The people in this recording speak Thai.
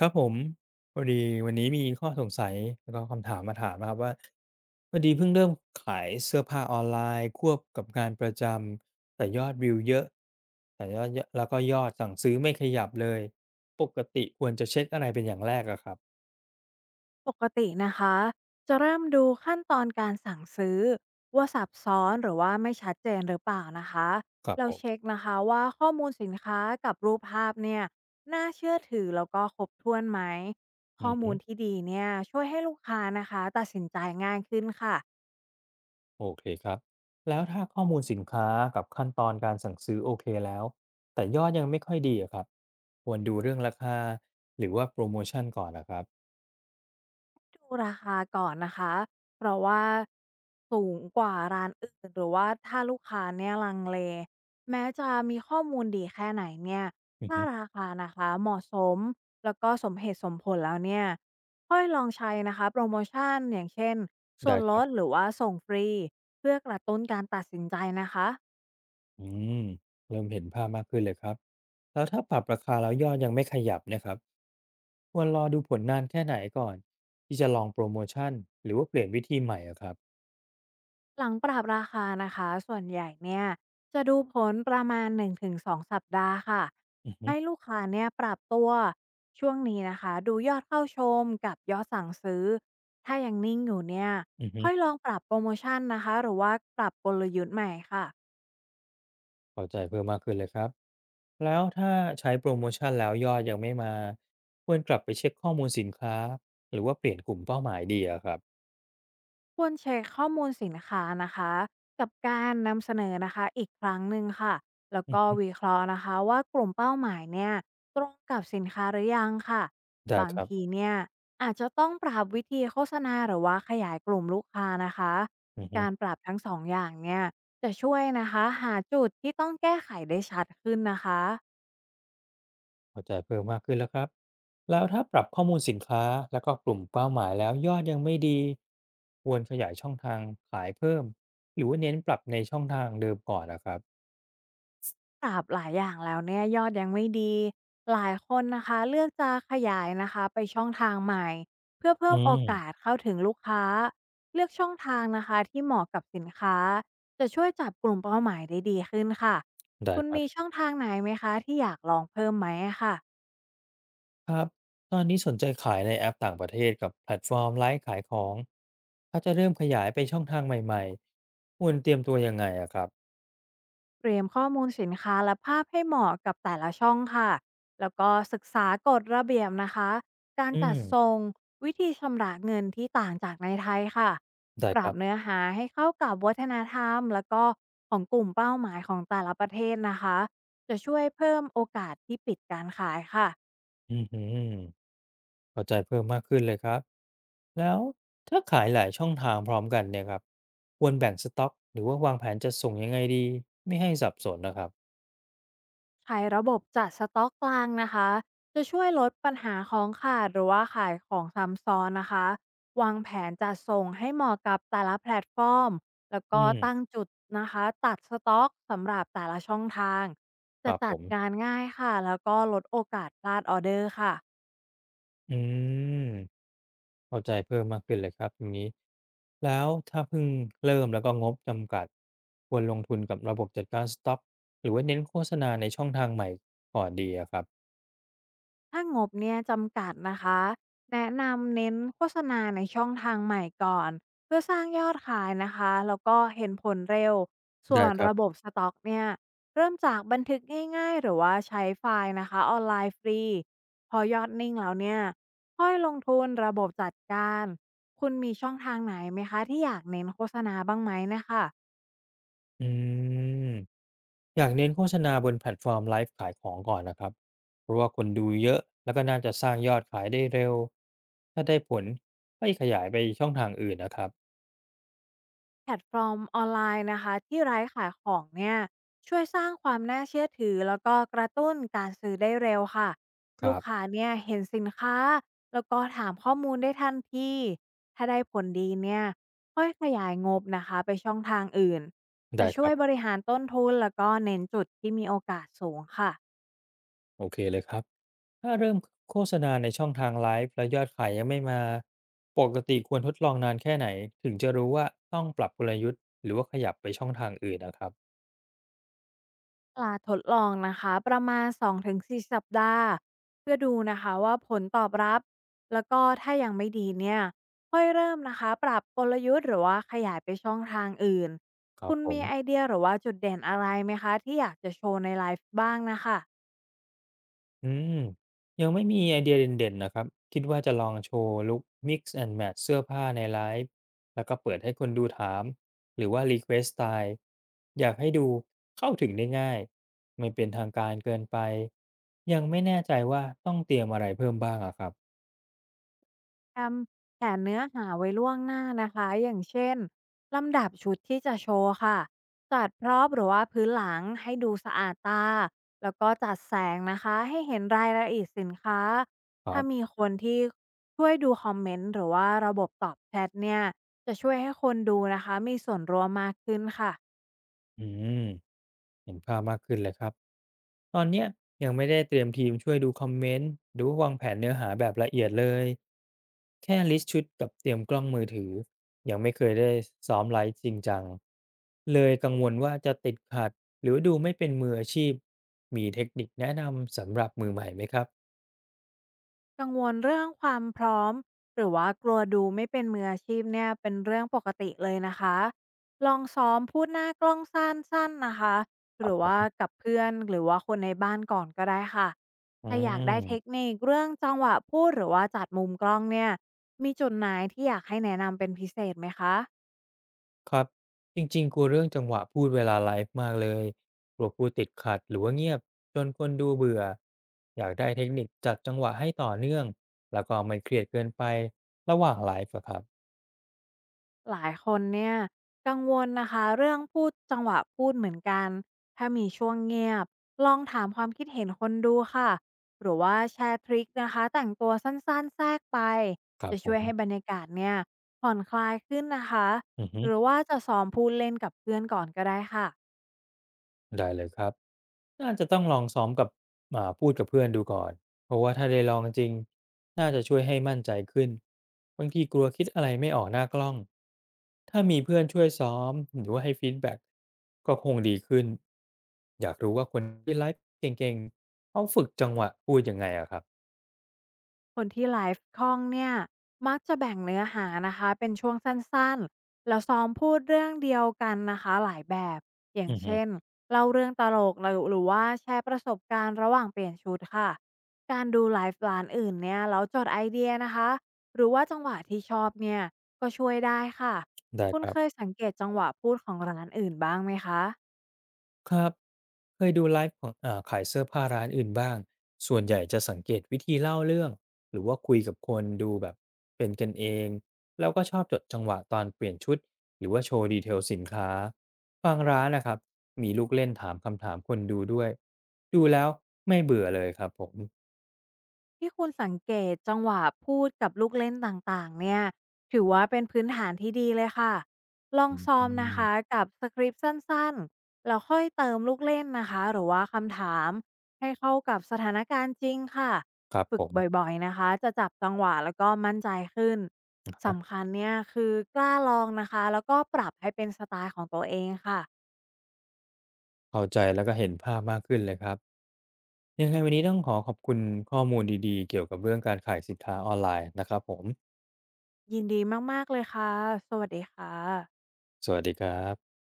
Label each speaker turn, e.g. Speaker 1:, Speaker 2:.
Speaker 1: ครับผมพอดีวันนี้มีข้อสงสัยแล้วก็คำถามมาถามนะครับว่าพอดีเพิ่งเริ่มขายเสื้อผ้าออนไลน์ควบกับงานประจำแต่ยอดวิวเยอะแต่ยอดเยอะแล้วก็ยอดสั่งซื้อไม่ขยับเลยปกติควรจะเช็คอะไรเป็นอย่างแรกอะครับ
Speaker 2: ปกตินะคะจะเริ่มดูขั้นตอนการสั่งซื้อว่าซับซ้อนหรือว่าไม่ชัดเจนหรือเปล่านะคะ
Speaker 1: ครับ
Speaker 2: เรา
Speaker 1: ผ
Speaker 2: เช็
Speaker 1: ม
Speaker 2: คนะคะว่าข้อมูลสินค้ากับรูปภาพเนี่ยน่าเชื่อถือแล้วก็ครบถ้วนไหม
Speaker 1: อื
Speaker 2: ข้อ
Speaker 1: อฮึ
Speaker 2: มูลที่ดีเนี่ยช่วยให้ลูกค้านะคะตัดสินใจง่ายขึ้นค่ะ
Speaker 1: โอเคครับแล้วถ้าข้อมูลสินค้ากับขั้นตอนการสั่งซื้อโอเคแล้วแต่ยอดยังไม่ค่อยดีอะครับควรดูเรื่องราคาหรือว่าโปรโมชันก่อนอะครับ
Speaker 2: ดูราคาก่อนนะคะ เพราะว่าสูงกว่าร้านอื่นหรือว่าถ้าลูกค้าเนี่ยลังเลแม้จะมีข้อมูลดีแค่ไหนเนี่ย
Speaker 1: อือ
Speaker 2: ถ้า
Speaker 1: ฮึ
Speaker 2: ราคานะคะเหมาะสม แล้วก็สมเหตุสมผลแล้วเนี่ยค่อยลองใช้นะคะโปรโมชั่นอย่างเช่นส่
Speaker 1: ได้
Speaker 2: วน
Speaker 1: ค
Speaker 2: ล
Speaker 1: รั
Speaker 2: ด
Speaker 1: บ
Speaker 2: หรือว่าส่งฟรีเพื่อกระตุ้นการตัดสินใจนะคะ
Speaker 1: อืมเริ่มเห็นภาพมากขึ้นเลยครับแล้วถ้าปรับราคาแล้วยอดยังไม่ขยับเนะครับควรรอดูผลนานแค่ไหนก่อนที่จะลองโปรโมชั่นหรือว่าเปลี่ยนวิธีใหม่อะครับ
Speaker 2: หลังปรับราคานะคะส่วนใหญ่เนี่ยจะดูผลประมาณ1-2สองสัปดาห์ค่ะ
Speaker 1: อือฮึ
Speaker 2: ให้ลูกค้าเนี่ยปรับตัวช่วงนี้นะคะดูยอดเข้าชมกับยอดสั่งซื้อถ้ายังนิ่งอยู่เนี่ย
Speaker 1: อือฮึ
Speaker 2: ค่อยลองปรับโปรโมชั่นนะคะหรือว่าปรับกลยุทธ์ใหม่ค่ะ
Speaker 1: เข้าใจเพิ่มมากขึ้นเลยครับแล้วถ้าใช้โปรโมชั่นแล้วยอดยังไม่มาควรกลับไปเช็คข้อมูลสินค้าหรือว่าเปลี่ยนกลุ่มเป้าหมายดีอะครับ
Speaker 2: ควรเช็คข้อมูลสินค้านะคะกับการนำเสนอนะคะอีกครั้งหนึ่งค่ะแล้ว
Speaker 1: อือ
Speaker 2: ก็
Speaker 1: ฮึ
Speaker 2: วิเคราะห์นะคะว่ากลุ่มเป้าหมายเนี่ยตรงกับสินค้าหรือยังค่ะ
Speaker 1: ได้
Speaker 2: บาง
Speaker 1: ครับ
Speaker 2: ทีเนี่ยอาจจะต้องปรับวิธีโฆษณาหรือว่าขยายกลุ่มลูกค้านะคะ
Speaker 1: อือฮึ
Speaker 2: การปรับทั้งสองอย่างเนี่ยจะช่วยนะคะหาจุดที่ต้องแก้ไขได้ชัดขึ้นนะคะ
Speaker 1: เข้าใจเพิ่มมากขึ้นแล้วครับแล้วถ้าปรับข้อมูลสินค้าแล้วก็กลุ่มเป้าหมายแล้วยอดยังไม่ดีควรขยายช่องทางขายเพิ่ม หรือว่าเน้นปรับในช่องทางเดิมก่อนนะครับ
Speaker 2: ปรับหลายอย่างแล้วเนี่ยยอดยังไม่ดีหลายคนนะคะเลือกจะขยายนะคะไปช่องทางใหม่เพื่อเพิ่
Speaker 1: อื
Speaker 2: มโอ
Speaker 1: ม
Speaker 2: กาสเข้าถึงลูกค้าเลือกช่องทางนะคะที่เหมาะกับสินค้าจะช่วยจับกลุ่มเป้าหมายได้ดีขึ้นค่ะ
Speaker 1: ได้
Speaker 2: คุณ
Speaker 1: ครับ
Speaker 2: มีช่องทางไหนไหมคะที่อยากลองเพิ่มไหมอะค่ะ
Speaker 1: ครับ ตอนนี้สนใจขายในแอปต่างประเทศกับแพลตฟอร์มไลฟ์ขายของถ้าจะเริ่มขยายไปช่องทางใหม่ๆควรเตรียมตัวยังไงอะครับ
Speaker 2: เตรียมข้อมูลสินค้าและภาพให้เหมาะกับแต่ละช่องค่ะ แล้วก็ศึกษากฎระเบียบนะคะ การ
Speaker 1: อื
Speaker 2: จัดทร
Speaker 1: ม
Speaker 2: งวิธีชำระเงินที่ต่างจากในไทยค่ะ
Speaker 1: ได้
Speaker 2: ป
Speaker 1: ค
Speaker 2: รั
Speaker 1: รั
Speaker 2: บ
Speaker 1: บ
Speaker 2: เนื้อหาให้เข้ากับวัฒนธรรมแล้วก็ของกลุ่มเป้าหมายของแต่ละประเทศนะคะ จะช่วยเพิ่มโอกาสที่ปิดการขายค่ะ
Speaker 1: อืม เข้าใจเพิ่มมากขึ้นเลยครับแล้วถ้าขายหลายช่องทางพร้อมกันเนี่ยครับควรแบ่งสต็อกหรือว่าวางแผนจะส่งยังไงดีไม่ให้สับสนนะครับ
Speaker 2: ใช้ระบบจัดสต็อกกลางนะคะ จะช่วยลดปัญหาของขาดหรือว่าขายของซ้ำซ้อนนะคะวางแผนจัดส่งให้เหมาะกับแต่ละแพลตฟอร์ม แล้ว
Speaker 1: อื
Speaker 2: ก็
Speaker 1: ม
Speaker 2: ตั้งจุดนะคะตัดสต็อกสำหรับแต่ละช่องทาง
Speaker 1: ค
Speaker 2: จะ
Speaker 1: รับผ
Speaker 2: จัด
Speaker 1: ม
Speaker 2: การง่ายค่ะแล้วก็ลดโอกาสพลาดออเดอร์ค่ะ
Speaker 1: อืมเข้าใจเพิ่มมากขึ้นเลยครับตรงนี้แล้วถ้าเพิ่งเริ่มแล้วก็งบจำกัดควรลงทุนกับระบบจัดการสต็อกหรือว่าเน้นโฆษณาในช่องทางใหม่ก่อนดีอะครับ
Speaker 2: ถ้างบเนี่ยจำกัดนะคะแนะนำเน้นโฆษณาในช่องทางใหม่ก่อนเพื่อสร้างยอดขายนะคะแล้วก็เห็นผลเร็วส่ว
Speaker 1: ได้
Speaker 2: น
Speaker 1: ครั
Speaker 2: ระบ
Speaker 1: บ
Speaker 2: บสต็อกเนี่ยเริ่มจากบันทึกง่ายๆหรือว่าใช้ไฟล์นะคะออนไลน์ฟรีพอยอดนิ่งแล้วเนี่ยค่อยลงทุนระบบจัดการคุณมีช่องทางไหนไหมคะที่อยากเน้นโฆษณาบ้างไหมนะคะ
Speaker 1: อืม อยากเน้นโฆษณาบนแพลตฟอร์มไลฟ์ขายของก่อนนะครับเพราะว่าคนดูเยอะแล้วก็น่าจะสร้างยอดขายได้เร็วถ้าได้ผลก็ขยายไปช่องทางอื่นนะครับ
Speaker 2: แพลตฟอร์มออนไลน์นะคะที่ร้านขายของเนี่ยช่วยสร้างความน่าเชื่อถือแล้วก็กระตุ้นการซื้อได้เร็วค่ะ
Speaker 1: ค
Speaker 2: ลู
Speaker 1: รั
Speaker 2: ก
Speaker 1: บ
Speaker 2: ค้าเนี่ยเห็นสินค้าแล้วก็ถามข้อมูลได้ทันทีถ้าได้ผลดีเนี่ยค่อยขยายงบนะคะไปช่องทางอื่น
Speaker 1: ได้
Speaker 2: จะ
Speaker 1: ค
Speaker 2: ช่
Speaker 1: รั
Speaker 2: ว
Speaker 1: บ
Speaker 2: ยบริหารต้นทุนแล้วก็เน้นจุดที่มีโอกาสสูงค่ะ
Speaker 1: โอเคเลยครับถ้าเริ่มโฆษณาในช่องทางไลฟ์แล้วยอดขายยังไม่มาปกติควรทดลองนานแค่ไหนถึงจะรู้ว่าต้องปรับกลยุทธ์หรือว่าขยับไปช่องทางอื่นนะครับ
Speaker 2: ปลาทดลองนะคะประมาณ2-4สสัปดาห์เพื่อดูนะคะว่าผลตอบรับแล้วก็ถ้ายังไม่ดีเนี่ยค่อยเริ่มนะคะปรับกลยุทธ์หรือว่าขยายไปช่องทางอื่น
Speaker 1: ครับ
Speaker 2: คุณ
Speaker 1: ผม
Speaker 2: มีไอเดียหรือว่าจุดเด่นอะไรไหมคะที่อยากจะโชว์ในไลฟ์บ้างนะคะ
Speaker 1: อืมยังไม่มีไอเดียเด่นๆนะครับคิดว่าจะลองโชว์ลุค Mix and Match เสื้อผ้าในไลฟ์แล้วก็เปิดให้คนดูถามหรือว่า Request สไตล์อยากให้ดูเข้าถึงได้ง่ายไม่เป็นทางการเกินไปยังไม่แน่ใจว่าต้องเตรียมอะไรเพิ่มบ้างอะครับ
Speaker 2: ทำแผนเนื้อหาไว้ล่วงหน้านะคะอย่างเช่นลำดับชุดที่จะโชว์ค่ะจัดพร็อพหรือว่าพื้นหลังให้ดูสะอาดตาแล้วก็จัดแสงนะคะให้เห็นรายละเอียดสินค้า
Speaker 1: ครั
Speaker 2: ถ้า
Speaker 1: บ
Speaker 2: มีคนที่ช่วยดูคอมเมนต์หรือว่าระบบตอบแชทเนี่ยจะช่วยให้คนดูนะคะมีส่วนร่วมมากขึ้นค่ะ
Speaker 1: อืมเห็นภาพมากขึ้นเลยครับ ตอนเนี้ยยังไม่ได้เตรียมทีมช่วยดูคอมเมนต์หรือว่าวางแผนเนื้อหาแบบละเอียดเลยแค่ลิสต์ชุดกับเตรียมกล้องมือถือยังไม่เคยได้ซ้อมไลฟ์จริงจังเลยกังวลว่าจะติดขัดหรือดูไม่เป็นมืออาชีพมีเทคนิคแนะนำสำหรับมือใหม่ไหมครับ
Speaker 2: กังวลเรื่องความพร้อมหรือว่ากลัวดูไม่เป็นมืออาชีพเนี่ยเป็นเรื่องปกติเลยนะคะลองซ้อมพูดหน้ากล้องสั้นๆนะคะ
Speaker 1: ค
Speaker 2: ห
Speaker 1: รับ
Speaker 2: รือ
Speaker 1: ผ
Speaker 2: ว่า
Speaker 1: ม
Speaker 2: กับเพื่อนหรือว่าคนในบ้านก่อนก็ได้ค่ะ
Speaker 1: อื
Speaker 2: ถ้าอยากได้เทค
Speaker 1: ม
Speaker 2: นิคเรื่องจังหวะพูดหรือว่าจัดมุมกล้องเนี่ยมีจุดไหนที่อยากให้แนะนำเป็นพิเศษไหมคะ
Speaker 1: ครับจริงๆกลัวเรื่องจังหวะพูดเวลาไลฟ์มากเลยกลัวพูดติดขัดหรือว่าเงียบจนคนดูเบื่ออยากได้เทคนิคจัดจังหวะให้ต่อเนื่องแล้วก็ไม่เครียดเกินไประหว่างไลฟ์อะครับ
Speaker 2: หลายคนเนี่ยกังวลนะคะเรื่องพูดจังหวะพูดเหมือนกันถ้ามีช่วงเงียบลองถามความคิดเห็นคนดูค่ะหรือว่าแชร์ทริคนะคะแต่งตัวสั้นๆแทรกไป
Speaker 1: ครับ
Speaker 2: จะ
Speaker 1: ผ
Speaker 2: ช่ว
Speaker 1: ม
Speaker 2: ยให้บรรยากาศเนี่ยผ่อนคลายขึ้นนะคะ
Speaker 1: อือฮึ
Speaker 2: หรือว่าจะซ้อมพูดเล่นกับเพื่อนก่อนก็ได้ค่ะ
Speaker 1: ได้เลยครับ น่าจะต้องลองซ้อมกับพูดกับเพื่อนดูก่อน เพราะว่าถ้าได้ลองจริง น่าจะช่วยให้มั่นใจขึ้น บางทีกลัวคิดอะไรไม่ออกหน้ากล้อง ถ้ามีเพื่อนช่วยซ้อมหรือว่าให้ฟีดแบ็กก็คงดีขึ้น อยากรู้ว่าคนที่ไลฟ์เก่งๆ เขาฝึกจังหวะพูดยังไงอะครับ
Speaker 2: คนที่ไลฟ์คล่องเนี่ยมักจะแบ่งเนื้อหานะคะเป็นช่วงสั้นๆแล้วซ้อมพูดเรื่องเดียวกันนะคะหลายแบบอย่าง
Speaker 1: อือฮึ
Speaker 2: เช่นเล่าเรื่องตลกหรือว่าแชร์ประสบการณ์ระหว่างเปลี่ยนชุดค่ะการดูไลฟ์ร้านอื่นเนี่ยแล้วจดไอเดียนะคะหรือว่าจังหวะที่ชอบเนี่ยก็ช่วยได้ค่ะ
Speaker 1: ได้
Speaker 2: คุ
Speaker 1: ค
Speaker 2: ณ
Speaker 1: รั
Speaker 2: เคย
Speaker 1: บ
Speaker 2: สังเกตจังหวะพูดของร้านอื่นบ้างไหมคะ
Speaker 1: ครับเคยดูไลฟ์ของขายเสื้อผ้าร้านอื่นบ้างส่วนใหญ่จะสังเกตวิธีเล่าเรื่องหรือว่าคุยกับคนดูแบบเป็นกันเองแล้วก็ชอบจดจังหวะตอนเปลี่ยนชุดหรือว่าโชว์ดีเทลสินค้าบางร้านนะครับมีลูกเล่นถามคำถามคนดูด้วยดูแล้วไม่เบื่อเลยครับผม
Speaker 2: ที่คุณสังเกตจังหวะพูดกับลูกเล่นต่างๆเนี่ยถือว่าเป็นพื้นฐานที่ดีเลยค่ะลอง
Speaker 1: อื
Speaker 2: ซ้อมนะคะ
Speaker 1: ม
Speaker 2: กับสคริปต์สั้นๆแล้วค่อยเติมลูกเล่นนะคะหรือว่าคำถามให้เข้ากับสถานการณ์จริงค่ะ
Speaker 1: ครับ
Speaker 2: ฝึ
Speaker 1: ผ
Speaker 2: ก
Speaker 1: ม
Speaker 2: บ่อยๆนะคะจะจับจังหวะแล้วก็มั่นใจขึ้นสำคัญเนี่ยคือกล้าลองนะคะแล้วก็ปรับให้เป็นสไตล์ของตัวเองค่ะ
Speaker 1: เข้าใจแล้วก็เห็นภาพมากขึ้นเลยครับยังไงวันนี้ต้องขอขอบคุณข้อมูลดีๆเกี่ยวกับเรื่องการขายสินค้าออนไลน์นะครับผม
Speaker 2: ยินดีมากๆเลยค่ะสวัสดีค่ะ
Speaker 1: สวัสดีครับ